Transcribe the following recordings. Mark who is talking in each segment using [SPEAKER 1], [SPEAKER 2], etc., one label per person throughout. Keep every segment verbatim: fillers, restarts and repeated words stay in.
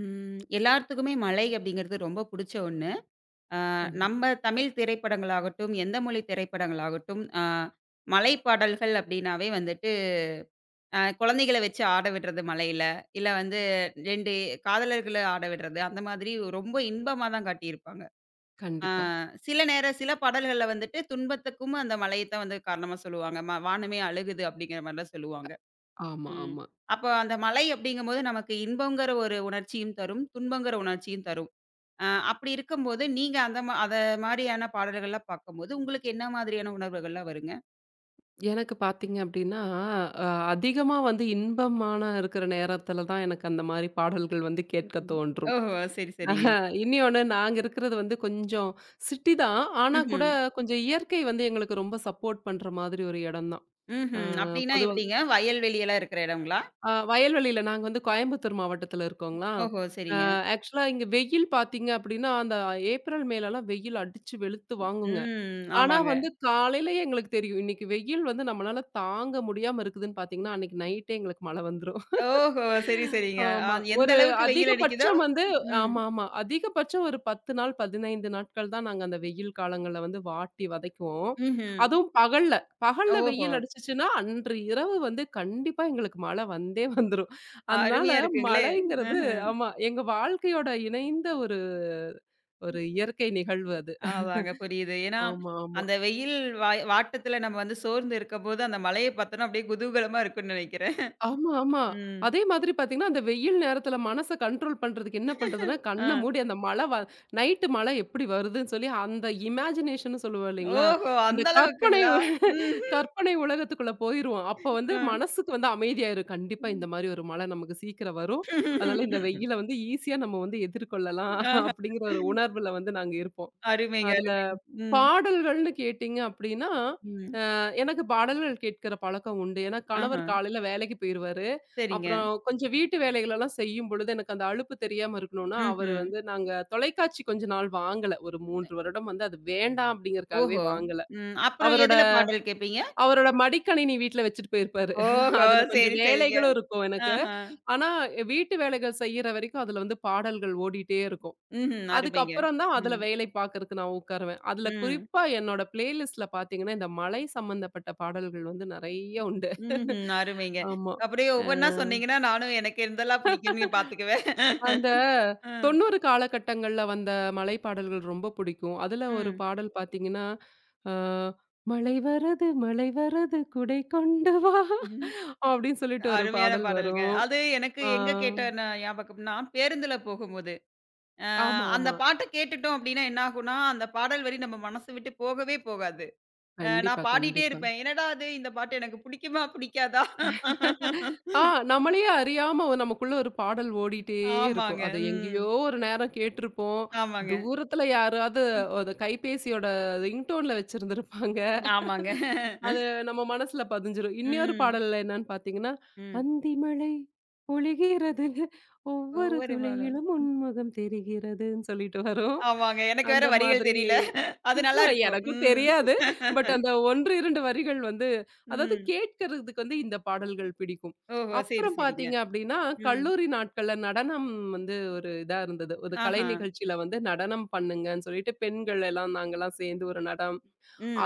[SPEAKER 1] ம். எல்லாத்துக்குமே மலை அப்படிங்கிறது ரொம்ப புடிச்ச ஒண்ணு. அ
[SPEAKER 2] கண்டிப்
[SPEAKER 1] நம்ம தமிழ் திரைப்படங்களாகட்டும், எந்த மொழி திரைப்படங்களாகட்டும், அ மலை பாடல்கள் அப்படின்னாவே வந்துட்டு, அ குழந்தைகள வச்சு ஆட விடுறது மலையில, இல்ல வந்து இரண்டு காதலர்கள ஆட விடுறது, அந்த மாதிரி ரொம்ப இன்பமா தான் காட்டியிருப்பாங்க. அ
[SPEAKER 2] கண்டிப்பா.
[SPEAKER 1] சில நேரம் சில பாடல்கள்ல வந்துட்டு துன்பத்துக்கும் அந்த மலைய தான் வந்து காரணமா சொல்லுவாங்க. "ம வானமே அழுகுது" அப்படிங்கிற மாரிலாம் சொல்லுவாங்க.
[SPEAKER 2] ஆமா,
[SPEAKER 1] ம்.
[SPEAKER 2] ஆமா.
[SPEAKER 1] அப்போ அந்த மலை அப்படிங்கும்போது நமக்கு இன்பங்கிற ஒரு உணர்ச்சியும் தரும், துன்பங்கிற உணர்ச்சியும் தரும். அ அப்படி இருக்கும்போது, நீங்க அந்த மா அத மாரியான பாடல்கள்லாம் பார்க்கும்போது, உங்களுக்கு என்ன மாதிரியான உணர்வுகள்லாம் வருங்க?
[SPEAKER 2] எனக்கு பார்த்தீங்க அப்டின்னா, அ அதிகமா வந்து இன்பமான இருக்கிற நேரத்தில தான் எனக்கு அந்த மாரி பாடல்கள் வந்து கேட்க
[SPEAKER 1] ம்ஹ்ம்.
[SPEAKER 2] தோன்றும்.
[SPEAKER 1] ஓஹோ! சரி, சரிங்க.
[SPEAKER 2] இன்னியொன்னு நாங்க இருக்கிறது வந்து கொஞ்சம் சிட்டி தான். ஆனா
[SPEAKER 1] ம்ஹ்ம்.
[SPEAKER 2] கூட கொஞ்சம் இயற்கை வந்து எங்களுக்கு ரொம்ப சப்போர்ட் பண்ற மாதிரி ஒரு இடம் தான். அ
[SPEAKER 1] ம்ஹ்ம். அப்படின்னா
[SPEAKER 2] பொதுவா
[SPEAKER 1] எப்படிங்க? வயல்வெளியெல்லாம் இருக்கிற இடங்களா?
[SPEAKER 2] அ வயல்வெளியில நாங்க வந்து கோயம்புத்தூர் மாவட்டத்தில இருக்கோங்களா,
[SPEAKER 1] ஓஹோ!
[SPEAKER 2] அ
[SPEAKER 1] சரிங்க.
[SPEAKER 2] ஆக்சுவலா இங்க வெயில் பார்த்தீங்க அப்டின்னா, அந்த ஏப்ரல், மேலலாம் வெயில் அடிச்சு வெளுத்து வாங்குங்க.
[SPEAKER 1] ம்.
[SPEAKER 2] ஆனா
[SPEAKER 1] ஆமாங்க.
[SPEAKER 2] வந்து காலையில எங்களுக்கு தெரியும். இன்னைக்கு வெயில் வந்து நம்மளால தாங்க முடியாம இருக்குதுன்னு பார்த்தீங்கன்னா, அன்னைக்கு நைட்டே எங்களுக்கு மழை வந்துரும்.
[SPEAKER 1] ஓஹோ! சரி, சரிங்க. அ
[SPEAKER 2] ஆமா.
[SPEAKER 1] எந்த
[SPEAKER 2] ஒரு
[SPEAKER 1] அளவுக்கு வெயில் அடிக்குதோ
[SPEAKER 2] அதிகபட்சம் வந்து
[SPEAKER 1] ம்.
[SPEAKER 2] ஆமாமா. அதிகபட்சம் ஒரு பத்து நாள், பதினைந்து நாட்கள் தான் நாங்க அந்த வெயில் காலங்கள்ல வந்து வாட்டி வதைக்குவோம்.
[SPEAKER 1] ம்ஹ்ம்.
[SPEAKER 2] அதுவும் பகல்ல. பகல்ல
[SPEAKER 1] ஓஹோ!
[SPEAKER 2] வெயில் அடிச்சுச்சுன்னா, அன்று இரவு வந்து கண்டிப்பா எங்களுக்கு மழை வந்தே வந்துரும். அதனால
[SPEAKER 1] அருமையா இருக்குங்களே!
[SPEAKER 2] மழைங்கிறது
[SPEAKER 1] ம்ஹ்ம்.
[SPEAKER 2] ஆமா. எங்க வாழ்க்கையோட இணைந்த ஒரு ஒரு இயற்கை நிகழ்வு அது.
[SPEAKER 1] அதாங்க புரியுது. ஏன்னா,
[SPEAKER 2] ஆமா, ஆமா.
[SPEAKER 1] அந்த வெயில் வாய் வாட்டத்துல நம்ம வந்து சோர்ந்து இருக்கம்போது, அந்த மலைய பார்த்தோன்னா அப்படியே குதூகலமா இருக்கும்னு நெனைக்கிறேன்.
[SPEAKER 2] ஆமா, ஆமா.
[SPEAKER 1] ம்.
[SPEAKER 2] அதே மாதிரி பார்த்தீங்கன்னா, அந்த வெயில் நேரத்தில மனச கண்ட்ரோல் பண்றதுக்கு என்ன பண்றதுன்னா, கண்ண
[SPEAKER 1] ஆ.
[SPEAKER 2] மூடி அந்த மழ வ நைட்டு மழ எப்படி வருதுன்னு சொல்லி அந்த இமேஜினேஷன்னு சொல்லுவோம் இல்லைங்களா?
[SPEAKER 1] ஓஹோ!
[SPEAKER 2] அந்த
[SPEAKER 1] அந்த
[SPEAKER 2] கற்பனை
[SPEAKER 1] அளவுக்குங்களா? ம்.
[SPEAKER 2] கற்பனை உலகத்துக்குள்ள போயிருவோம். அப்போ வந்து
[SPEAKER 1] அ.
[SPEAKER 2] மனசுக்கு வந்து அமைதியாயிரும். கண்டிப்பா இந்த மாரி ஒரு மழ நமக்கு சீக்கிரம் வரும். அதனால இந்த வெயில வந்து ஈஸியா நம்ம வந்து எதிர்கொள்ளலாம்
[SPEAKER 1] ஆஹ.
[SPEAKER 2] அப்படிங்கிற ஒரு உணர்வுல வந்து நாங்க இருப்போம்.
[SPEAKER 1] அருமைங்க,
[SPEAKER 2] அதுல
[SPEAKER 1] அருமைங்க. ம்.
[SPEAKER 2] பாடல்கள்னு கேட்டீங்க அப்டின்னா,
[SPEAKER 1] ம்.
[SPEAKER 2] அ எனக்கு பாடல்கள் கேட்கிற பழக்கம் உண்டு. ஏன்னா கணவர்
[SPEAKER 1] ஆஹா.
[SPEAKER 2] காலையில வேலைக்கு போயிருவாரு.
[SPEAKER 1] சரிங்க.
[SPEAKER 2] அப்புறம் கொஞ்சம் வீட்டு வேலைகளெல்லாம் செய்யும் பொழுது எனக்கு அந்த அலுப்பு தெரியாம இருக்கணும்னா, அவரு
[SPEAKER 1] ம்ஹ்ம்.
[SPEAKER 2] வந்து நாங்க தொலைக்காட்சி கொஞ்ச நாள் வாங்கல. ஒரு மூன்று வருடம் வந்து அது வேண்டாம் அப்டிங்கிறதுக்காகவே
[SPEAKER 1] ஓஹோ!
[SPEAKER 2] வாங்கல.
[SPEAKER 1] ம். அப்புறம்
[SPEAKER 2] அவரோட
[SPEAKER 1] எதுல பாடல் கேட்பீங்க?
[SPEAKER 2] அவரோட மடிக்கணினி வீட்ல வச்சுட்டு போயிருப்பாரு.
[SPEAKER 1] ஓஹோ!
[SPEAKER 2] அதுல கொஞ்சம்
[SPEAKER 1] சரி, சரிங்க.
[SPEAKER 2] வேலைகளும் இருக்கும் எனக்கு.
[SPEAKER 1] ஆஹா.
[SPEAKER 2] ஆனா வீட்டு வேலைகள் செய்யற வரைக்கும் அதுல வந்து பாடல்கள் ஓடிட்டே இருக்கும்.
[SPEAKER 1] ம்ஹ்ம். அருமைங்க.
[SPEAKER 2] அதுக்கப்புறம் தான் அதுல
[SPEAKER 1] ம்.
[SPEAKER 2] வேலை பார்க்கறக்கு நான் உட்காருவேன். அதுல
[SPEAKER 1] ம்.
[SPEAKER 2] குறிப்பா என்னோட பிளேலிஸ்ட்ல பார்த்தீங்கன்னா, இந்த மலை சம்பந்தப்பட்ட பாடல்கள் வந்து நெறைய உண்டு.
[SPEAKER 1] ம்ஹ்ம். அருமைங்க.
[SPEAKER 2] ஆமா.
[SPEAKER 1] அப்படியே
[SPEAKER 2] அ
[SPEAKER 1] ஒவ்வொன்னா சொன்னீங்கன்னா, நானும் எனக்கு எதெல்லாம் பிடிக்குன்னு பார்த்துக்குவேன்.
[SPEAKER 2] அந்த
[SPEAKER 1] அ.
[SPEAKER 2] தொண்ணூறு காலகட்டங்கள்ல வந்த மலை பாடல்கள் ரொம்ப பிடிக்கும். அதுல ஒரு
[SPEAKER 1] ம்.
[SPEAKER 2] பாடல் பார்த்தீங்கன்னா, அ "மழை வரது மழை வரது குடை கொண்டு வா"
[SPEAKER 1] ம்.
[SPEAKER 2] அப்படின்னு சொல்லிட்டு ஒரு
[SPEAKER 1] அருமையான
[SPEAKER 2] பாடல்
[SPEAKER 1] பாடல்ங்க.
[SPEAKER 2] வரும்.
[SPEAKER 1] அது எனக்கு
[SPEAKER 2] ஆ.
[SPEAKER 1] எங்க கேட்ட நா ஞாபகம்னா, பேருந்துல போகும்போது அ
[SPEAKER 2] ஆமா,
[SPEAKER 1] அந்த
[SPEAKER 2] ஆமா.
[SPEAKER 1] பாட்ட கேட்டுட்டோம் அப்டின்னா என்ன ஆகும்னா, அந்த பாடல் வரி நம்ம மனசு விட்டு போகவே போகாது. அ
[SPEAKER 2] கண்டிப்பா,
[SPEAKER 1] நான் பாடிட்டே
[SPEAKER 2] கண்டிப்பா.
[SPEAKER 1] இருப்பேன். என்னடா இது இந்த பாட்டு எனக்கு புடிக்குமா? புடிக்காதா?
[SPEAKER 2] ஆ நம்மளையே அறியாம ஒ நமக்குள்ள ஒரு பாடல் ஓடிட்டே இருக்கும்.
[SPEAKER 1] ஆமாங்க.
[SPEAKER 2] அத
[SPEAKER 1] ம்.
[SPEAKER 2] எங்கேயோ ஒரு நேரம் கேட்டிருப்போம்.
[SPEAKER 1] ஆமாங்க.
[SPEAKER 2] தூரத்துல யாராவது ஒரு கைபேசியோட ரிங்டோன்ல வச்சிருந்திருப்பாங்க.
[SPEAKER 1] ஆமாங்க.
[SPEAKER 2] அது நம்ம மனசுல பதிஞ்சிரும். இன்னொரு
[SPEAKER 1] ம்.
[SPEAKER 2] பாடல்ல என்னன்னு பார்த்தீங்கன்னா,
[SPEAKER 1] ம்.
[SPEAKER 2] "அந்திமழை பொழிகிறது ஒவ்வொரு
[SPEAKER 1] ஒவ்வொரு மனம்
[SPEAKER 2] துளியிலும் உன்முகம் தெரிகிறதுன்னு" சொல்லிட்டு வரும்.
[SPEAKER 1] ஆமாங்க. எனக்கு வேற
[SPEAKER 2] அந்த
[SPEAKER 1] வரிகள்
[SPEAKER 2] மாதிரி
[SPEAKER 1] தெரியல. அது நல்லா இருக்கும்.
[SPEAKER 2] எனக்கும்
[SPEAKER 1] ம்.
[SPEAKER 2] தெரியாது. பட் அந்த ஒன்று, இரண்டு வரிகள் வந்து அதாவது
[SPEAKER 1] ம்.
[SPEAKER 2] கேட்கறதுக்கு வந்து இந்த பாடல்கள் பிடிக்கும்.
[SPEAKER 1] ஓஹோ! சரி,
[SPEAKER 2] அப்புறம்
[SPEAKER 1] சரிங்க.
[SPEAKER 2] பார்த்தீங்க அப்டின்னா,
[SPEAKER 1] ம்.
[SPEAKER 2] கல்லூரி நாட்கள்ல நடனம் வந்து ஒரு இதா இருந்தது. ஒரு கலை
[SPEAKER 1] ஆஹா.
[SPEAKER 2] நிகழ்ச்சியில வந்து நடனம் பண்ணுங்கன்னு சொல்லிட்டு பெண்கள் எல்லாம் நாங்கலாம் சேர்ந்து ஒரு நட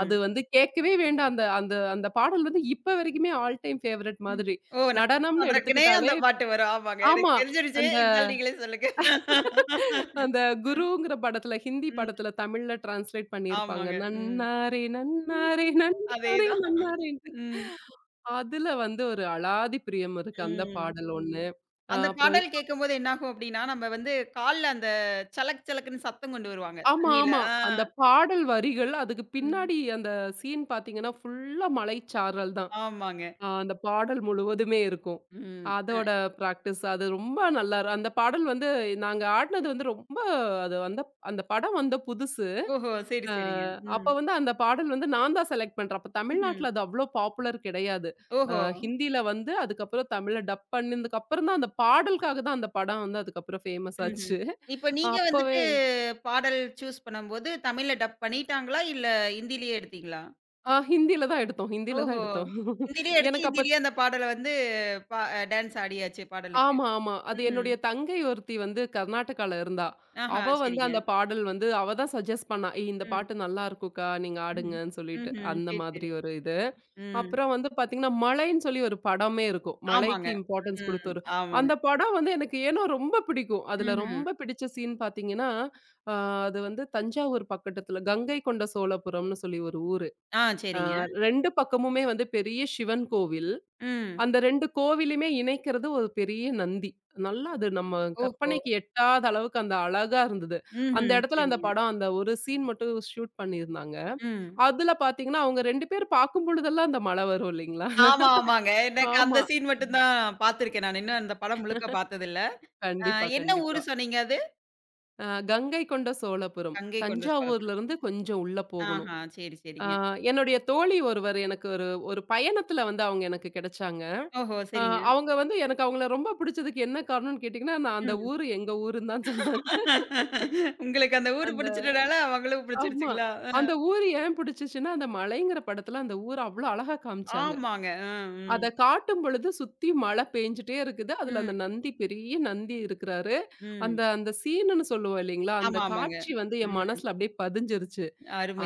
[SPEAKER 2] அது வந்து கேட்கவே வேண்டாம். அந்த அந்த அந்த பாடல் வந்து இப்ப வரைக்குமே ஆல் டைம் ஃபேவரைட்
[SPEAKER 1] ம்.
[SPEAKER 2] மாதிரி.
[SPEAKER 1] ஓ! நான்
[SPEAKER 2] நடனம்னு
[SPEAKER 1] பாடுறக்குனே
[SPEAKER 2] எடுத்துக்கிட்டாலே
[SPEAKER 1] அந்த பாட்டு வரும். ஆமாங்க.
[SPEAKER 2] ஆமா.
[SPEAKER 1] எனக்கு தெரிஞ்சிருச்சு.
[SPEAKER 2] அந்த
[SPEAKER 1] இருந்தாலும் நீங்களே சொல்லுங்க.
[SPEAKER 2] அந்த
[SPEAKER 1] ம்.
[SPEAKER 2] குருங்கிற படத்துல, ஹிந்தி
[SPEAKER 1] ம்.
[SPEAKER 2] படத்துல தமிழ்ல டிரான்ஸ்லேட் பண்ணியிருப்பாங்க.
[SPEAKER 1] ஆமாங்க. ம்.
[SPEAKER 2] நன்னாரே நன்னாரே
[SPEAKER 1] ம்ஹ்ம்.
[SPEAKER 2] நன்னாரே
[SPEAKER 1] அதேதான்.
[SPEAKER 2] நன்னாரேன்ட்டு.
[SPEAKER 1] ம்.
[SPEAKER 2] அதுல வந்து ஒரு அலாதி பிரியம் இருக்கு அந்த
[SPEAKER 1] ம்.
[SPEAKER 2] பாடல் ஒண்ணு. அ
[SPEAKER 1] அந்த
[SPEAKER 2] அப்புறம் இ-
[SPEAKER 1] பாடல் கேட்கும்போது என்னாகும் அப்டின்னா, நம்ம வந்து கால்ல அந்த சலக் சலக்குன்னு சத்தம் கொண்டு வருவாங்க.
[SPEAKER 2] ஆமா,
[SPEAKER 1] தண்ணீல.
[SPEAKER 2] ஆமா.
[SPEAKER 1] ஆ.
[SPEAKER 2] அந்த பாடல் வரிகள், அதுக்கு
[SPEAKER 1] ம்.
[SPEAKER 2] பின்னாடி அந்த சீன் பார்த்தீங்கன்னா, ஃபுல்லா மலைச்சாரல் தான்.
[SPEAKER 1] ஆமாங்க.
[SPEAKER 2] ஆ அந்த பாடல் முழுவதுமே இருக்கும்.
[SPEAKER 1] ம். அ.
[SPEAKER 2] அதோட பிராக்டிஸ் அது ரொம்ப நல்லா இரு அந்த பாடல் வந்து நாங்க ஆடுனது வந்து ரொம்ப அது வந்து அந்த படம் வந்த புதுசு.
[SPEAKER 1] ஓஹோ! சரி,
[SPEAKER 2] அ
[SPEAKER 1] சரிங்க.
[SPEAKER 2] அப்ப
[SPEAKER 1] ம்.
[SPEAKER 2] வந்து அந்த பாடல் வந்து நான் தான் செலக்ட் பண்றேன். அப்ப
[SPEAKER 1] ம்ஹ்ம்.
[SPEAKER 2] தமிழ்நாட்டுல அது அவ்ளோ பாப்புலர் கிடையாது. அ
[SPEAKER 1] ஓஹோ!
[SPEAKER 2] ஹிந்தியில வந்து அதுக்கப்புறம் தமிழ்ல டப் பண்ணதுக்கப்புறம் தான் அந்த பாடலுக்காக தான் அந்த படம் வந்து அதுக்கப்புறம் ஃபேமஸ்
[SPEAKER 1] ம்ஹ்ம்.
[SPEAKER 2] ஆச்சு.
[SPEAKER 1] இப்ப நீங்க
[SPEAKER 2] அப்பவே
[SPEAKER 1] வந்துட்டு பாடல் சூஸ் பண்ணும்போது தமிழ்ல டப் பண்ணிட்டாங்களா? இல்ல ஹிந்திலயே எடுத்தீங்களா?
[SPEAKER 2] ஆ ஹிந்தியில தான் எடுத்தோம், ஹிந்தியில தான்
[SPEAKER 1] ஓஹோ!
[SPEAKER 2] எடுத்தோம்.
[SPEAKER 1] ஹிந்திலயே எடுத்து
[SPEAKER 2] எனக்கு அப்ப
[SPEAKER 1] ஹிந்திலயே அந்த பாடல வந்து பா டான்ஸ் ஆடியாச்சு பாடலுக்கு.
[SPEAKER 2] ஆமா, ஆமா. அது
[SPEAKER 1] ம்ஹ்ம்.
[SPEAKER 2] என்னுடைய தங்கை ஒருத்தி வந்து கர்நாடகால இருந்தா.
[SPEAKER 1] ஆஹா.
[SPEAKER 2] அவ வந்து
[SPEAKER 1] சரிங்க.
[SPEAKER 2] அந்த பாடல் வந்து அவ தான் சஜெஸ்ட் பண்ணா. "ஏய் இந்த
[SPEAKER 1] ம்.
[SPEAKER 2] பாட்டு நல்லா இருக்கும்க்கா, நீங்க
[SPEAKER 1] ம்.
[SPEAKER 2] ஆடுங்கன்னு" சொல்லிட்டு.
[SPEAKER 1] ம்ஹ்ம்.
[SPEAKER 2] அந்த
[SPEAKER 1] சரி,
[SPEAKER 2] மாதிரி
[SPEAKER 1] சரி.
[SPEAKER 2] ஒரு இது.
[SPEAKER 1] ம்.
[SPEAKER 2] அப்புறம் வந்து பார்த்தீங்கன்னா, மழைன்னு சொல்லி ஒரு படமே இருக்கும்.
[SPEAKER 1] ஆமாங்க.
[SPEAKER 2] மழைக்கு இம்பார்ட்டன்ஸ் குடுத்த
[SPEAKER 1] ம்.
[SPEAKER 2] ஒரு
[SPEAKER 1] ஆமாங்க.
[SPEAKER 2] அந்த படம் வந்து எனக்கு ஏனோ ரொம்ப பிடிக்கும். அதுல
[SPEAKER 1] ம்ஹ்ம்.
[SPEAKER 2] ரொம்ப பிடிச்ச சீன் பார்த்தீங்கன்னா, அ அது வந்து தஞ்சாவூர் பக்கத்துல கங்கை கொண்ட சோழபுரம்னு சொல்லி ஒரு ஊரு.
[SPEAKER 1] ஆ சரிங்க.
[SPEAKER 2] இரண்டு பக்கமுமே வந்து பெரிய சிவன் கோவில்.
[SPEAKER 1] ம்.
[SPEAKER 2] அந்த இரண்டு கோவிலுமே இணைக்கிறது ஒரு பெரிய நந்தி. நல்லா அது நம்ம
[SPEAKER 1] ஓஹோ!
[SPEAKER 2] கற்பனைக்கு எட்டாத அளவுக்கு அந்த அழகா இருந்தது. அந்த
[SPEAKER 1] ம்ஹ்ம்.
[SPEAKER 2] இடத்துல அந்த
[SPEAKER 1] சரிங்க.
[SPEAKER 2] படம் அந்த ஒரு சீன் மட்டும் ஷூட் பண்ணியிருந்தாங்க.
[SPEAKER 1] ம்.
[SPEAKER 2] அதுல பார்த்தீங்கன்னா, அவங்க இரண்டு பேர் பார்க்கும் பொழுதெல்லாம் அந்த மழை வரும் இல்லைங்களா?
[SPEAKER 1] ஆமா, ஆமாங்க. எனக்கு அந்த
[SPEAKER 2] ஆமா.
[SPEAKER 1] சீன் மட்டும் தான் பார்த்துருக்கேன் நானு. இன்னும் அந்த படம் முழுக்க பார்த்ததில்ல. அ
[SPEAKER 2] கண்டிப்பா,
[SPEAKER 1] என்ன ஊரு
[SPEAKER 2] கண்டிப்பா.
[SPEAKER 1] சொன்னீங்க அது?
[SPEAKER 2] அ கங்கை கொண்ட சோழபுரம்.
[SPEAKER 1] கங்கை கொண்ட சோழபுரம்.
[SPEAKER 2] தஞ்சாவூர்லருந்து கொஞ்சம் உள்ள போகணும்.
[SPEAKER 1] ஆஹா! சரி,
[SPEAKER 2] அ
[SPEAKER 1] சரிங்க.
[SPEAKER 2] என்னுடைய தோழி ஒருவர் எனக்கு ஒரு ஒரு பயணத்துல வந்து அவங்க எனக்கு கிடைச்சாங்க.
[SPEAKER 1] ஓஹோ!
[SPEAKER 2] அ
[SPEAKER 1] சரிங்க.
[SPEAKER 2] அவங்க வந்து எனக்கு அவங்கள ரொம்ப பிடிச்சதுக்கு என்ன காரணம்னு கேட்டீங்கன்னா, நான் அந்த
[SPEAKER 1] ம்.
[SPEAKER 2] ஊரு எங்க ஊருன்னு தான் சொன்னாங்க.
[SPEAKER 1] உங்களுக்கு அந்த ஊரு
[SPEAKER 2] அந்த
[SPEAKER 1] பிடிச்சதுனால அவங்களும்
[SPEAKER 2] ஆமா.
[SPEAKER 1] பிடிச்சிருச்சுங்களா? அ.
[SPEAKER 2] அந்த ஊர் ஏன் பிடிச்சுச்சுன்னா, அந்த மலைங்கிற படத்துல அந்த ஊர அவ்ளோ அழகா காமிச்சாங்க.
[SPEAKER 1] ஆமாங்க. அ, ம்.
[SPEAKER 2] அத காட்டும் பொழுது சுத்தி மழை பெய்ஞ்சுட்டே இருக்குது. அதுல
[SPEAKER 1] ம்.
[SPEAKER 2] அந்த நந்தி பெரிய நந்தி இருக்கிறாரு.
[SPEAKER 1] ம்.
[SPEAKER 2] அந்த அந்த சீனுன்னு சொல்லுவோம் இல்லைங்களா? அந்த
[SPEAKER 1] ஆமா, ஆமாங்க.
[SPEAKER 2] காட்சி வந்து என்
[SPEAKER 1] ம்.
[SPEAKER 2] மனசுல அப்படியே பதிஞ்சிருச்சு.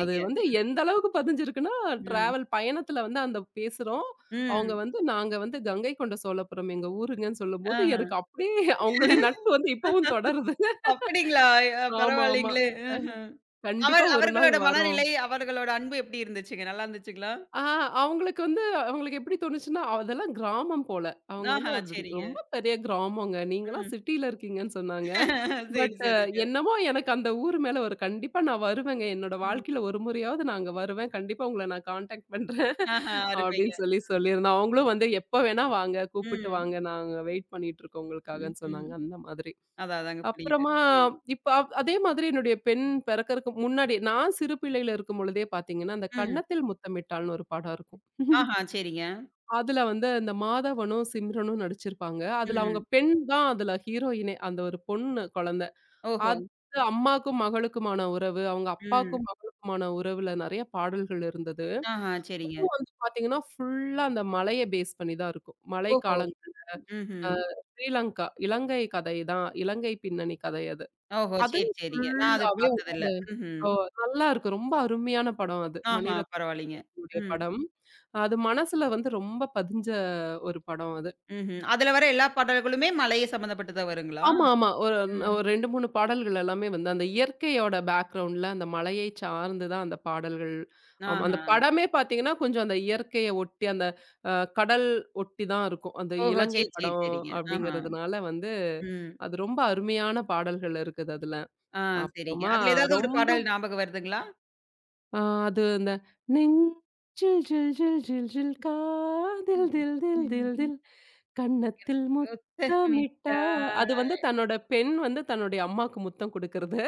[SPEAKER 2] அது வந்து எந்த அளவுக்கு பதிஞ்சிருக்குன்னா,
[SPEAKER 1] ம்.
[SPEAKER 2] டிராவல் பயணத்துல வந்து அந்த பேசுறோம். அவங்க
[SPEAKER 1] ம்.
[SPEAKER 2] வந்து நாங்க வந்து கங்கை கொண்ட சோழபுரம் எங்க ஊருங்கன்னு சொல்லும்போது,
[SPEAKER 1] ஆஹா.
[SPEAKER 2] எனக்கு அப்படியே அவங்களுடைய நட்பு வந்து இப்பவும் தொடருது.
[SPEAKER 1] அப்படிங்களா? அ
[SPEAKER 2] ஆமா, ஆமா.
[SPEAKER 1] பரவாயில்லைங்களே! ம்ஹ்ம்.
[SPEAKER 2] கண்டிப்பா
[SPEAKER 1] அவர்
[SPEAKER 2] ஒரு நாள்
[SPEAKER 1] அவர்களோட
[SPEAKER 2] வரோம்.
[SPEAKER 1] மனநிலை, அவர்களோட அன்பு எப்படி இருந்துச்சுங்க? நல்லா இருந்துச்சுங்களா?
[SPEAKER 2] ஆ அவங்களுக்கு வந்து அவங்களுக்கு எப்படி தோணுச்சுன்னா, அதெல்லாம் கிராமம் போல. அவங்க வந்து
[SPEAKER 1] ஆஹா,
[SPEAKER 2] அது
[SPEAKER 1] சரிங்க.
[SPEAKER 2] ரொம்ப பெரிய கிராமங்க. நீங்கலாம்
[SPEAKER 1] ம்.
[SPEAKER 2] சிட்டில இருக்கீங்கன்னு சொன்னாங்க.
[SPEAKER 1] சரி,
[SPEAKER 2] பட்
[SPEAKER 1] சரிங்க.
[SPEAKER 2] என்னமோ எனக்கு அந்த ஊர் மேல ஒரு கண்டிப்பா நான் வருவேங்க. என்னோட
[SPEAKER 1] ம்.
[SPEAKER 2] வாழ்க்கையில ஒரு முறையாவது நான் அங்க வருவேன். கண்டிப்பா உங்கள நான் கான்டாக்ட் பண்றேன்
[SPEAKER 1] ஆஹா, அருமைங்க.
[SPEAKER 2] அப்படின்னு சொல்லி சொல்லியிருந்தேன். அவங்களும் வந்து எப்ப வேணா வாங்க, கூப்பிட்டு
[SPEAKER 1] ம்.
[SPEAKER 2] வாங்க. நாங்க வெயிட் பண்ணிட்டு இருக்கோம்
[SPEAKER 1] ம்,
[SPEAKER 2] உங்களுக்காகன்னு சொன்னாங்க.
[SPEAKER 1] ம்.
[SPEAKER 2] அந்த மாதிரி.
[SPEAKER 1] அதான், அதாங்க புரியுது.
[SPEAKER 2] அப்புறமா
[SPEAKER 1] ம்.
[SPEAKER 2] இப்ப அவ் அதே மாதிரி என்னுடைய பெண் பிறக்கறக்கு முன்னாடி, நான் சிறு பிள்ளையில இருக்கும் பொழுதே பார்த்தீங்கன்னா, அந்த
[SPEAKER 1] ம்.
[SPEAKER 2] "கன்னத்தில் முத்தமிட்டாள்ன்னு" ஒரு படம் இருக்கும்.
[SPEAKER 1] ஆஹா, சரிங்க.
[SPEAKER 2] அதுல வந்து இந்த மாதவனும், சிம்ரனும் நடிச்சிருப்பாங்க. அதுல அவங்க
[SPEAKER 1] ம்.
[SPEAKER 2] பெண் தான் அதுல ஹீரோயினே. அந்த ஒரு பொண்ணு குழந்தை.
[SPEAKER 1] ஓஹோ!
[SPEAKER 2] அது வந்து அம்மாக்கும் மகளுக்குமான உறவு, அவங்க
[SPEAKER 1] ம்.
[SPEAKER 2] அப்பாக்கும் மகளுக்குமான உறவுல நெறைய பாடல்கள் இருந்தது.
[SPEAKER 1] ஆஹா, சரிங்க.
[SPEAKER 2] வந்து பார்த்தீங்கன்னா, ஃபுல்லா அந்த மலைய பேஸ் பண்ணி தான் இருக்கும்.
[SPEAKER 1] ஓஹோ!
[SPEAKER 2] மழைக்காலங்கள். அ
[SPEAKER 1] ம்ஹ்ம்.
[SPEAKER 2] ஸ்ரீலங்கா, இலங்கை கதை தான். இலங்கை பின்னணி கதை அது.
[SPEAKER 1] ஓஹோ!
[SPEAKER 2] அது
[SPEAKER 1] சரி, சரிங்க. நான் அது
[SPEAKER 2] ஃபுல்லாவே
[SPEAKER 1] பார்த்ததில்ல. ம்ஹ்ம்.
[SPEAKER 2] ஓ! நல்லா இருக்கும். ரொம்ப அருமையான படம் அது.
[SPEAKER 1] ஆஹா,
[SPEAKER 2] மணிரத்னமுடைய
[SPEAKER 1] பரவாயில்லைங்க. ம்.
[SPEAKER 2] படம். அது மனசுல வந்து ரொம்ப பதிஞ்ச ஒரு படம் அது.
[SPEAKER 1] ம்ஹ்ம். அதுல வர எல்லா பாடல்களுமே மலைய சம்மந்தப்பட்டு தான் வருங்களா?
[SPEAKER 2] ஆமா, ஆமா. ஒரு
[SPEAKER 1] ம்.
[SPEAKER 2] ஒரு இரண்டு, மூன்று பாடல்கள் எல்லாமே வந்து அந்த இயற்கையோட பேக்கிரவுண்ட்ல அந்த மலையை சார்ந்து தான் அந்த பாடல்கள். ஆமா. அந்த
[SPEAKER 1] ஆஹா.
[SPEAKER 2] படமே பார்த்தீங்கன்னா, கொஞ்சம் அந்த இயற்கைய ஒட்டி அந்த அ கடல் ஒட்டி தான் இருக்கும். அந்த
[SPEAKER 1] ஓஹோ!
[SPEAKER 2] இலங்கை
[SPEAKER 1] சரி, சரி,
[SPEAKER 2] படம்
[SPEAKER 1] சரிங்க. ஆஹா.
[SPEAKER 2] அப்படிங்கிறதுனால வந்து,
[SPEAKER 1] ம்.
[SPEAKER 2] அது ரொம்ப அருமையான பாடல்கள் இருக்குது அதுல.
[SPEAKER 1] ஆ சரிங்க.
[SPEAKER 2] அப்புறமா
[SPEAKER 1] அதுல ஏதாவது ஒரு
[SPEAKER 2] ரொம்
[SPEAKER 1] பாடல் ஞாபகம் வருதுங்களா?
[SPEAKER 2] ஆ அது அந்த நெஞ்சில் ஜில் ஜில் ஜில் ஜில் காதில்
[SPEAKER 1] ம்.
[SPEAKER 2] தில் தில் தில் தில் கன்னத்தில் முத்தமிட்டா
[SPEAKER 1] முத்தமிட்டா
[SPEAKER 2] அது வந்து தன்னோட பெண் வந்து தன்னுடைய அம்மாக்கு முத்தம் குடுக்குறது.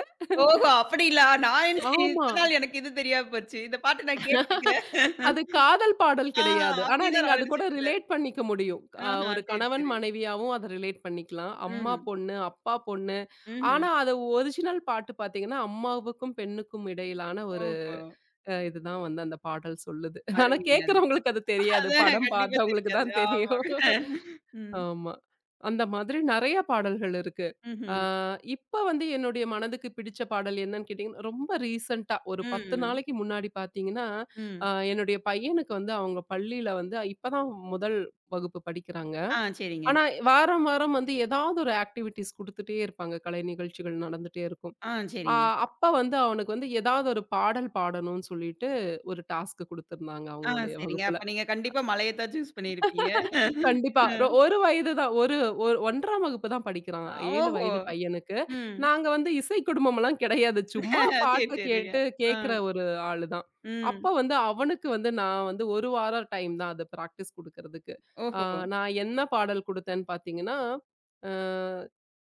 [SPEAKER 1] ஓஹோ! அப்படிங்களா? நான் என்ன
[SPEAKER 2] ஆமா.
[SPEAKER 1] இத்தன நாள் எனக்கு இது தெரியாம போச்சு. இந்த பாட்டு நான் கேட்டுருக்கேன்.
[SPEAKER 2] அது காதல் பாடல்
[SPEAKER 1] ஆ
[SPEAKER 2] கிடையாது. ஆனா
[SPEAKER 1] அப்படிதான்
[SPEAKER 2] நீங்க
[SPEAKER 1] நான்
[SPEAKER 2] அது கூட
[SPEAKER 1] நினைச்சுட்டு இருந்தேன்.
[SPEAKER 2] ரிலேட் பண்ணிக்க முடியும். அ
[SPEAKER 1] ஆஹா.
[SPEAKER 2] ஒரு
[SPEAKER 1] சரி,
[SPEAKER 2] கணவன்
[SPEAKER 1] சரி.
[SPEAKER 2] மனைவியாவும் அத ரிலேட் பண்ணிக்கலாம். அம்மா
[SPEAKER 1] ம்.
[SPEAKER 2] பொண்ணு, அப்பா பொண்ணு.
[SPEAKER 1] ம்ஹ்ம்.
[SPEAKER 2] ஆனா அது ஒரிஜினல் பாட்டு பார்த்தீங்கன்னா, அம்மாவுக்கும் பெண்ணுக்கும் இடையிலான ஒரு
[SPEAKER 1] ஓஹோ!
[SPEAKER 2] அ இதுதான் வந்து அந்த பாடல் சொல்லுது. ஆனா
[SPEAKER 1] அருமைங்க, அருமை.
[SPEAKER 2] கேட்கிறவங்களுக்கு அது தெரியாது.
[SPEAKER 1] அதான்
[SPEAKER 2] படம்
[SPEAKER 1] கண்டிப்பா
[SPEAKER 2] பார்த்தவங்களுக்கு
[SPEAKER 1] தெரியாது.
[SPEAKER 2] தான் தெரியும்.
[SPEAKER 1] ஆமாங்க. ம்.
[SPEAKER 2] ஆமா. அந்த மாதிரி நெறைய பாடல்கள் இருக்கு. ஆ
[SPEAKER 1] ம்ஹ்ம்.
[SPEAKER 2] இப்ப வந்து என்னுடைய மனதுக்கு பிடிச்ச பாடல் என்னன்னு கேட்டீங்கன்னா, ரொம்ப ரீசென்ட்டா ஒரு பத்து
[SPEAKER 1] ம்.
[SPEAKER 2] நாளைக்கு முன்னாடி பார்த்தீங்கன்னா, அ
[SPEAKER 1] ம்.
[SPEAKER 2] என்னுடைய பையனுக்கு வந்து அவங்க பள்ளியில வந்து இப்பதான் முதல் வகுப்பு படிக்கிறாங்க.
[SPEAKER 1] ஆ சரிங்க.
[SPEAKER 2] ஆனா வாரம் வாரம் வந்து ஏதாவது ஒரு ஆக்டிவிட்டீஸ் குடுத்துட்டே இருப்பாங்க. கலை நிகழ்ச்சிகள் நடந்துட்டே இருக்கும்.
[SPEAKER 1] ஆ
[SPEAKER 2] ஆ
[SPEAKER 1] சரிங்க.
[SPEAKER 2] அப்ப வந்து அவனுக்கு வந்து ஏதாவது ஒரு பாடல் பாடணும்னு சொல்லிட்டு ஒரு டாஸ்க் குடுத்திருந்தாங்க
[SPEAKER 1] ஆ
[SPEAKER 2] அவங்களுடைய
[SPEAKER 1] சரிங்க.
[SPEAKER 2] வகுப்புல.
[SPEAKER 1] அப்ப நீங்க கண்டிப்பா மலைய தான் சூஸ் பண்ணியிருப்பீங்க.
[SPEAKER 2] கண்டிப்பா. ரொ
[SPEAKER 1] ம்.
[SPEAKER 2] 1 வயது தான். ஒரு ஒ 1ஆம் வகுப்பு தான் படிக்கிறான். ஏழு
[SPEAKER 1] ஓஹோ!
[SPEAKER 2] வயது பையனுக்கு.
[SPEAKER 1] ம்.
[SPEAKER 2] நாங்க வந்து இசை குடும்பம்லாம் கிடையாது. சும்மா
[SPEAKER 1] சரி,
[SPEAKER 2] பாட்ட
[SPEAKER 1] சரிங்க.
[SPEAKER 2] கேட்டு
[SPEAKER 1] ஆ.
[SPEAKER 2] கேட்கிற ஒரு ஆளு தான்.
[SPEAKER 1] ம்.
[SPEAKER 2] அப்ப வந்து அவனுக்கு வந்து நான் வந்து ஒரு வாரம் டைம் தான் அது பிராக்டிஸ் குடுக்கறதுக்கு. ஆ
[SPEAKER 1] ஓஹோ!
[SPEAKER 2] நான் என்ன பாடல் குடுத்தேன்னு பார்த்தீங்கன்னா, அ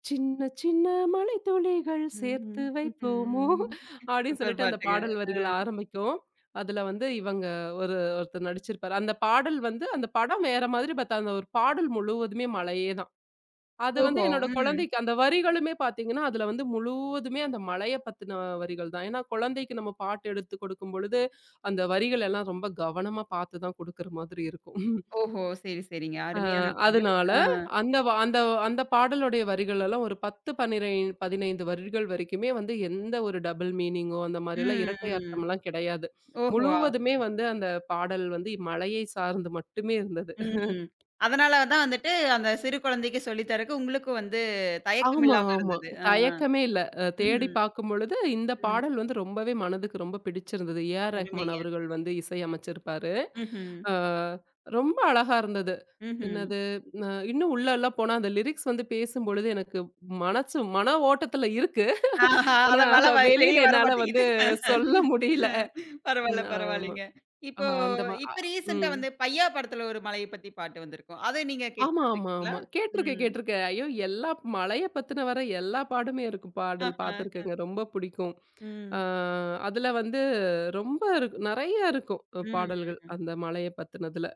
[SPEAKER 2] சின்ன சின்ன மழைத்துளிகள்
[SPEAKER 1] ம்ஹ்ம்.
[SPEAKER 2] சேர்த்து வைப்போமோ!
[SPEAKER 1] ம்ஹ்ம்.
[SPEAKER 2] அப்படின்னு
[SPEAKER 1] சூப்பர்
[SPEAKER 2] சொல்லிட்டு அந்த
[SPEAKER 1] பாட்டுங்க.
[SPEAKER 2] பாடல்
[SPEAKER 1] அ.
[SPEAKER 2] வரிகள் ஆரம்பிக்கும். அதுல வந்து இவங்க ஒரு ஒருத்தர் நடிச்சிருப்பாரு. அந்த பாடல் வந்து அந்த படம் வேற மாதிரி பட் அந்த ஒரு பாடல் முழுவதுமே மழையே தான். அது வந்து
[SPEAKER 1] ஓஹோ!
[SPEAKER 2] என்னோட
[SPEAKER 1] ம்.
[SPEAKER 2] குழந்தைக்கு அந்த வரிகளுமே பார்த்தீங்கன்னா, அதுல வந்து முழுவதுமே அந்த மழைய பத்தின வரிகள் தான். ஏன்னா குழந்தைக்கு நம்ம பாட்டு எடுத்து கொடுக்கும் பொழுது, அந்த வரிகள் எல்லாம் ரொம்ப கவனமா பார்த்து தான் கொடுக்கிற மாதிரி இருக்கும்.
[SPEAKER 1] ஓஹோ! சரி, சரிங்க.
[SPEAKER 2] அ
[SPEAKER 1] அருமையான பாடல்.
[SPEAKER 2] அதனால
[SPEAKER 1] ஆ.
[SPEAKER 2] அந்த வ அந்த அந்த பாடலுடைய வரிகள் எல்லாம் ஒரு பத்து, பன்னிரண்டு, பதினைந்து வரிகள் வரைக்குமே வந்து எந்த ஒரு டபுள் மீனிங்கோ அந்த மாரிலாம்
[SPEAKER 1] ம்,
[SPEAKER 2] இரட்டை
[SPEAKER 1] ம்.
[SPEAKER 2] அர்த்தம்லாம் கிடையாது.
[SPEAKER 1] ஓஹோ!
[SPEAKER 2] முழுவதுமே வந்து அந்த பாடல் வந்து மழையை சார்ந்து மட்டுமே இருந்தது.
[SPEAKER 1] ம். அதனால தான் வந்துட்டு அந்த சிறு குழந்தைக்கு சொல்லி தரக்கு உங்களுக்கு வந்து தயக்கம்
[SPEAKER 2] ஆமா,
[SPEAKER 1] இல்லாம
[SPEAKER 2] ஆமா.
[SPEAKER 1] இருந்தது. ஆ.
[SPEAKER 2] தயக்கமே இல்ல. அ
[SPEAKER 1] ம்ஹ்ம்.
[SPEAKER 2] தேடி பார்க்கும்பொழுது இந்த
[SPEAKER 1] ம்.
[SPEAKER 2] பாடல் வந்து ரொம்பவே மனதுக்கு ரொம்ப பிடிச்சிருந்தது. ஏ.ஆர். ரஹ்மான்
[SPEAKER 1] அருமைங்க.
[SPEAKER 2] அவர்கள் வந்து இசை அமைச்சிருப்பாரு.
[SPEAKER 1] ம்ஹ்ம்.
[SPEAKER 2] ஆ ரொம்ப அழகா இருந்தது.
[SPEAKER 1] ம்ஹ்ம்.
[SPEAKER 2] என்னது அ இன்னும் உள்ளலாம் போனா அந்த லிரிக்ஸ் வந்து பேசும்பொழுது எனக்கு மனசு மன ஓட்டத்துல இருக்கு.
[SPEAKER 1] ஆஹா!
[SPEAKER 2] ஆனா
[SPEAKER 1] அதான் வல வ வெளிய
[SPEAKER 2] வெளியில
[SPEAKER 1] வர
[SPEAKER 2] என்னால
[SPEAKER 1] மாட்டேங்குது.
[SPEAKER 2] வந்து சொல்ல முடியல. ம்.
[SPEAKER 1] பரவால்ல,
[SPEAKER 2] ஆமா.
[SPEAKER 1] பரவால்லைங்க.
[SPEAKER 2] அ
[SPEAKER 1] இப்போ
[SPEAKER 2] அந்த
[SPEAKER 1] ம்.
[SPEAKER 2] மா அ
[SPEAKER 1] இப்ப ரீசென்ட்டா
[SPEAKER 2] ம்.
[SPEAKER 1] வந்து பையா படத்துல ஒரு மலைய பத்தி பாட்டு வந்திருக்கும். அத நீங்க கேட்டு
[SPEAKER 2] ஆமா, ஆமா,
[SPEAKER 1] பார்த்துருக்கீங்களா?
[SPEAKER 2] ஆமா. கேட்டுருக்கேன்,
[SPEAKER 1] ம்.
[SPEAKER 2] கேட்டுருக்கேன். ஐயோ! எல்லா மலைய பத்தின வர எல்லா பாடுமே இருக்கும் பாடல்
[SPEAKER 1] ஆஹா.
[SPEAKER 2] பார்த்துருக்கேங்க. ரொம்ப பிடிக்கும். ஆ
[SPEAKER 1] ம்.
[SPEAKER 2] அதுல வந்து ரொம்ப இருக்கும். நெறைய இருக்கும் அஹ்,
[SPEAKER 1] ம்.
[SPEAKER 2] பாடல்கள் அந்த மலைய பத்தினதுல.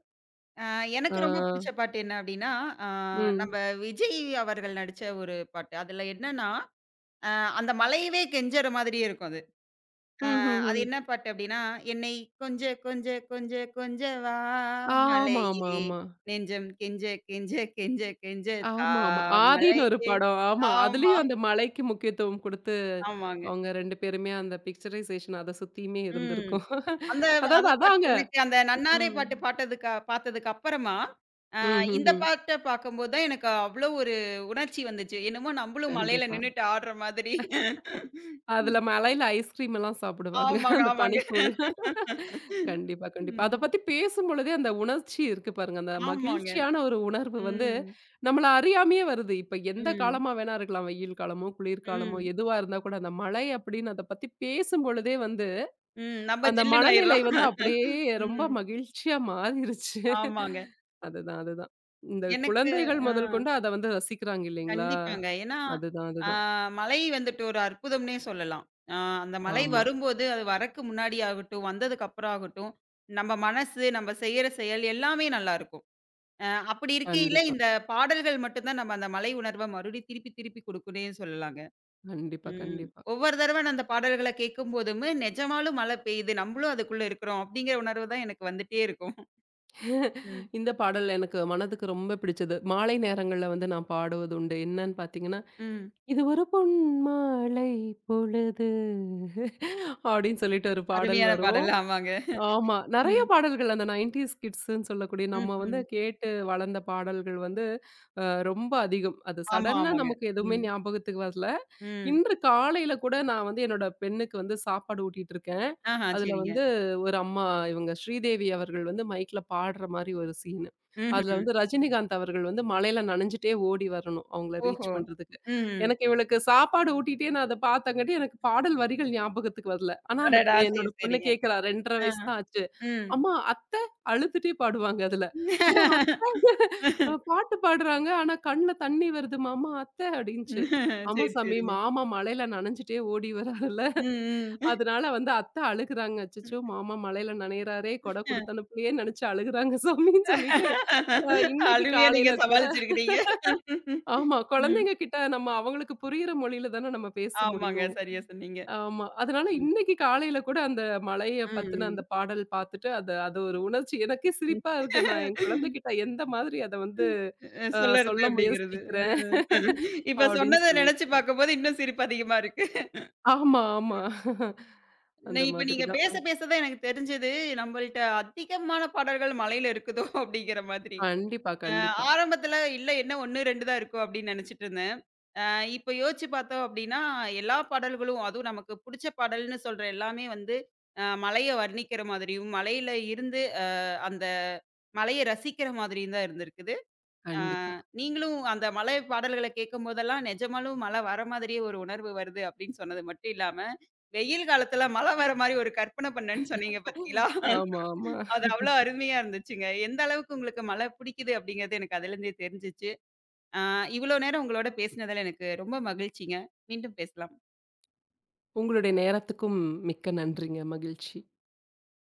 [SPEAKER 1] அ
[SPEAKER 2] ஆ.
[SPEAKER 1] எனக்கு ரொம்ப புடிச்ச பாட்டு என்ன அப்டின்னா, அ
[SPEAKER 2] ம்.
[SPEAKER 1] நம்ம விஜய் அவர்கள் நடிச்ச ஒரு பாட்டு. அதுல என்னன்னா, அ அந்த மலையவே கெஞ்சற மாதிரியே இருக்கும் அது. ஆ அது
[SPEAKER 2] ம்ஹ்ஹ்ம்.
[SPEAKER 1] என்ன பாட்டு அப்டின்னா, "என்னை கொஞ்ச கொஞ்ச கொஞ்ச கொஞ்ச வா மலையே,
[SPEAKER 2] ஆமாமாமா.
[SPEAKER 1] நெஞ்சம் கெஞ்ச கெஞ்ச கெஞ்ச கெஞ்ச தா
[SPEAKER 2] ஆமாமா. "ஆதின்னு" ஒரு
[SPEAKER 1] மலையே"
[SPEAKER 2] படம். ஆமா.
[SPEAKER 1] ஆமா,
[SPEAKER 2] அதுலயும் அந்த மலைக்கு முக்கியத்துவம் குடுத்து,
[SPEAKER 1] ஆமாங்க.
[SPEAKER 2] அவங்க இரண்டு பேருமே அந்த பிக்சரைசேஷன் அத சுத்தியுமே
[SPEAKER 1] ம்.
[SPEAKER 2] இருந்திருக்கும்.
[SPEAKER 1] அந்த
[SPEAKER 2] அதாவது
[SPEAKER 1] அந்த பாட்டு
[SPEAKER 2] அதாங்க.
[SPEAKER 1] எனக்கு அந்த நன்னாரே
[SPEAKER 2] ம்.
[SPEAKER 1] பாட்டு பாட்டதுக்கு பாத்ததுக்கு அப்பறமா, அ இந்த
[SPEAKER 2] ம்ஹ்ஹ்ம்.
[SPEAKER 1] பாட்ட பாக்கும்போது தான் எனக்கு அவ்ளோ ஒரு உணர்ச்சி வந்துச்சு. என்னமோ நம்பளும் மலையில
[SPEAKER 2] கண்டிப்பா.
[SPEAKER 1] நின்னுட்டு ஆடுற மாதிரி.
[SPEAKER 2] அதுல மலையில ஐஸ்கிரீம் எல்லாம் சாப்பிடுவாங்க.
[SPEAKER 1] ஆமாங்க,
[SPEAKER 2] அந்த
[SPEAKER 1] ஆமாங்க.
[SPEAKER 2] பனிக்கூழ். கண்டிப்பா, கண்டிப்பா. அத
[SPEAKER 1] ம்.
[SPEAKER 2] பத்தி பேசும்பொழுதே அந்த உணர்ச்சி இருக்கு பாருங்க. அந்த
[SPEAKER 1] ஆமாங்க.
[SPEAKER 2] மகிழ்ச்சியான ஒரு உணர்வு வந்து
[SPEAKER 1] ம்.
[SPEAKER 2] நம்மள அறியாமயே வருது. இப்ப எந்த
[SPEAKER 1] ம்.
[SPEAKER 2] காலமா வேணா இருக்கலாம். வெயில் காலமோ, குளிர்காலமோ
[SPEAKER 1] ம்.
[SPEAKER 2] எதுவா இருந்தா கூட அந்த மழை அப்படின்னு அத பத்தி பேசும்பொழுதே வந்து
[SPEAKER 1] ம். நம்ம
[SPEAKER 2] அந்த
[SPEAKER 1] ஜில்லுன்னு
[SPEAKER 2] மனநிலை
[SPEAKER 1] ஆயிர்றோம்.
[SPEAKER 2] வந்து அப்படியே ரொம்ப
[SPEAKER 1] ம்.
[SPEAKER 2] மகிழ்ச்சியா மாறிருச்சு.
[SPEAKER 1] ஆமாங்க.
[SPEAKER 2] அதுதான், அதுதான். இந்த
[SPEAKER 1] எனக்கு
[SPEAKER 2] குழந்தைகள்
[SPEAKER 1] ஆ
[SPEAKER 2] முதல் கொண்டு அத வந்து ரசிக்கிறாங்க இல்லைங்களா?
[SPEAKER 1] கண்டிப்பாங்க. ஏன்னா,
[SPEAKER 2] அதுதான்,
[SPEAKER 1] ஆ
[SPEAKER 2] அதுதான்.
[SPEAKER 1] மழை வந்துட்டு ஒரு அற்புதம்னே சொல்லலாம். ஆ அந்த மழை
[SPEAKER 2] ஆமா.
[SPEAKER 1] வரும்போது, அது வரக்கு முன்னாடி ஆகட்டும், வந்ததுக்கு அப்புறம் ஆகட்டும், நம்ம மனசு, நம்ம செய்யற செயல் எல்லாமே நல்லாருக்கும். அ அப்படி இருக்கையில,
[SPEAKER 2] கண்டிப்பா,
[SPEAKER 1] இந்த பாடல்கள் மட்டும் தான் நம்ம அந்த மலை உணர்வ மறுபடியும் திருப்பி திருப்பி குடுக்குன்னே சொல்லலாங்க.
[SPEAKER 2] கண்டிப்பா,
[SPEAKER 1] ம்.
[SPEAKER 2] கண்டிப்பா.
[SPEAKER 1] ஒவ்வொரு தடவ நான் அந்த பாடல்கள கேட்கும்போதுமே, நெஜமாலும் மழை பெய்யுது, நம்மளும் அதுக்குள்ள இருக்கிறோம் அப்படிங்கிற உணர்வு தான் எனக்கு வந்துட்டே இருக்கும். ம்.
[SPEAKER 2] இந்த பாடல் எனக்கு மனதுக்கு ரொம்ப பிடிச்சது. மாலை நேரங்கள்ல வந்து நான் பாடுவது உண்டு. என்னன்னு பார்த்தீங்கன்னா,
[SPEAKER 1] ம்.
[SPEAKER 2] "இது ஒரு பொன் மாலை பொழுது" அப்படின்னு சொல்லிட்டு ஒரு பாடல்
[SPEAKER 1] அருமையான
[SPEAKER 2] வரும்.
[SPEAKER 1] பாடல். ஆமாங்க.
[SPEAKER 2] ஆமா. நெறைய
[SPEAKER 1] ம்.
[SPEAKER 2] பாடல்கள் அந்த 90ஸ் கிட்ஸ்ன்னு சொல்லக்கூடிய நம்ம வந்து
[SPEAKER 1] ம்ஹ்ம்.
[SPEAKER 2] கேட்டு வளர்ந்த பாடல்கள் வந்து அ ரொம்ப அதிகம். அது
[SPEAKER 1] ஆமா,
[SPEAKER 2] சடனா
[SPEAKER 1] ஆமாங்க.
[SPEAKER 2] நமக்கு எதுவுமே
[SPEAKER 1] ம்.
[SPEAKER 2] ஞாபகத்துக்கு வரல.
[SPEAKER 1] ம்.
[SPEAKER 2] இன்று காலையில கூட நான் வந்து என்னோட பெண்ணுக்கு வந்து சாப்பாடு ஊட்டிட்டு இருக்கேன்.
[SPEAKER 1] ஆஹா,
[SPEAKER 2] அதுல
[SPEAKER 1] சரிங்க.
[SPEAKER 2] வந்து ஒரு அம்மா இவங்க ஸ்ரீதேவி அவர்கள் வந்து மைக்ல பாடுற மாரி ஒரு சீனு. அதுல
[SPEAKER 1] ம்ஹ்ம்.
[SPEAKER 2] வந்து ரஜினிகாந்த் அவர்கள் வந்து மழையில நனைஞ்சுட்டே ஓடி வரணும். அவங்கள ரீச்
[SPEAKER 1] ஓஹோ!
[SPEAKER 2] பண்றதுக்காக.
[SPEAKER 1] ம்.
[SPEAKER 2] எனக்கு இவளுக்கு சாப்பாடு ஊட்டிட்டே நான் அத பாத்தங்காட்டி, எனக்கு பாடல் வரிகள் ஞாபகத்துக்கு வரல. ஆனா அந்த
[SPEAKER 1] அடடா!
[SPEAKER 2] பொ-
[SPEAKER 1] சரி,
[SPEAKER 2] என்னோட பொண்ணு
[SPEAKER 1] சரிங்க.
[SPEAKER 2] கேட்கிறா இரண்டே கால்
[SPEAKER 1] ஆ.
[SPEAKER 2] வயசு தான் ஆச்சு.
[SPEAKER 1] ம்.
[SPEAKER 2] "அம்மா அத்தை" அழுதுட்டே பாடுவாங்க அதுல. "அம்மா அத்தை அ பாட்டு பாடுறாங்க. ஆனா கண்ல தண்ணி வருதும்மா. அம்மா அத்தை" அப்படின்ச்சு. ஆமா
[SPEAKER 1] சரி,
[SPEAKER 2] சாமி,
[SPEAKER 1] சரிங்க.
[SPEAKER 2] மாமா மழையில நனைஞ்சுட்டே ஓடி வராருல்ல.
[SPEAKER 1] ம்,
[SPEAKER 2] அதனால வந்து அத்தை அழுகுறாங்க. "அச்சச்சோ!
[SPEAKER 1] ம்.
[SPEAKER 2] மாமா மழையில நனையிறாரே, கொடை
[SPEAKER 1] அ.
[SPEAKER 2] குடுத்து அனுப்பலையேன்னு" நெனைச்சு அழுகுறாங்க சாமின்னு சொல்லிட்டு, அ இன்னைக்கு
[SPEAKER 1] அருமையா நீங்க
[SPEAKER 2] காலையில கூட
[SPEAKER 1] சமாளிச்சிருக்கிறீங்க.
[SPEAKER 2] ஆமா,
[SPEAKER 1] ம்.
[SPEAKER 2] குழந்தைங்க கிட்ட நம்ம அவங்களுக்கு புரியிற மொழியில தானே நம்ம பேச
[SPEAKER 1] ஆமாங்க.
[SPEAKER 2] முடியும்.
[SPEAKER 1] சரியா சொன்னீங்க.
[SPEAKER 2] ஆமா. அதனால
[SPEAKER 1] ம்.
[SPEAKER 2] இன்னைக்கு காலையில கூட அந்த மழைய
[SPEAKER 1] ம்,
[SPEAKER 2] பத்தின
[SPEAKER 1] ம்.
[SPEAKER 2] அந்த பாடல் பாத்துட்டு, அது அது ஒரு உணர்ச்சி எனக்கே
[SPEAKER 1] ம்.
[SPEAKER 2] சிரிப்பா இருக்கு. நான் என் குழந்தைகிட்ட எந்த மாதிரி அத வந்து அ
[SPEAKER 1] சொல்லுறது
[SPEAKER 2] சொல்ல
[SPEAKER 1] அப்படிங்கிறது.
[SPEAKER 2] முயற்சிக்கிறேன்
[SPEAKER 1] இப்ப
[SPEAKER 2] அப்படின்னு
[SPEAKER 1] சொன்னத நினைச்சு
[SPEAKER 2] சொல்லிட்டு.
[SPEAKER 1] பார்க்கும்போது இன்னும் சிரிப்பு அதிகமா இருக்கு.
[SPEAKER 2] ஆமா, ஆமா.
[SPEAKER 1] நெ
[SPEAKER 2] அந்த
[SPEAKER 1] இப்ப
[SPEAKER 2] மாதிரி
[SPEAKER 1] நீங்க பேச
[SPEAKER 2] தான்.
[SPEAKER 1] பேச தான் எனக்கு தெரிஞ்சது, நம்மள்ட்ட அதிகமான பாடல்கள் மலையில இருக்குதோ அப்படிங்கிற மாதிரி.
[SPEAKER 2] கண்டிப்பா,
[SPEAKER 1] அ
[SPEAKER 2] கண்டிப்பா,
[SPEAKER 1] ஆரம்பத்துல இல்ல என்ன ஒன்று, இரண்டு தான் இருக்கும் அப்படின்னு நினைச்சுட்டு இருந்தேன். அ இப்ப யோசிச்சு பார்த்தோம் அப்படின்னா, எல்லா பாடல்களும் அதுவும் நமக்கு புடிச்ச பாடல்னு சொல்ற எல்லாமே வந்து அ மலைய வர்ணிக்கிற மாதிரியும், மலையில இருந்து அ அந்த மலைய ரசிக்கிற மாதிரியும் தான் இருந்திருக்கு. ஆ
[SPEAKER 2] கண்டிப்பா.
[SPEAKER 1] நீங்களும் அந்த மலை பாடல்கள கேட்கும்போதெல்லாம் நிஜமாலும் மழை வர மாதிரியே ஒரு உணர்வு வருது அப்படின்னு சொன்னது மட்டும் இல்லாம, வெயில் காலத்துல மழை வர மாரி ஒரு கற்பனை பண்ணேன்னு சொன்னீங்க பார்த்தீங்களா?
[SPEAKER 2] ஆமா, ஆமா.
[SPEAKER 1] அது அவ்வளோ அருமையா இருந்துச்சுங்க. எந்த அளவுக்கு உங்களுக்கு மழை பிடிக்குது அப்படிங்கிறது எனக்கு அதுலேருந்தே தெரிஞ்சுச்சு. ஆ இவ்வளோ நேரம் உங்களோட பேசினதுல எனக்கு ரொம்ப மகிழ்ச்சிங்க. மீண்டும் பேசலாம்.
[SPEAKER 2] உங்களுடைய நேரத்துக்கும் மிக்க நன்றிங்க. மகிழ்ச்சி.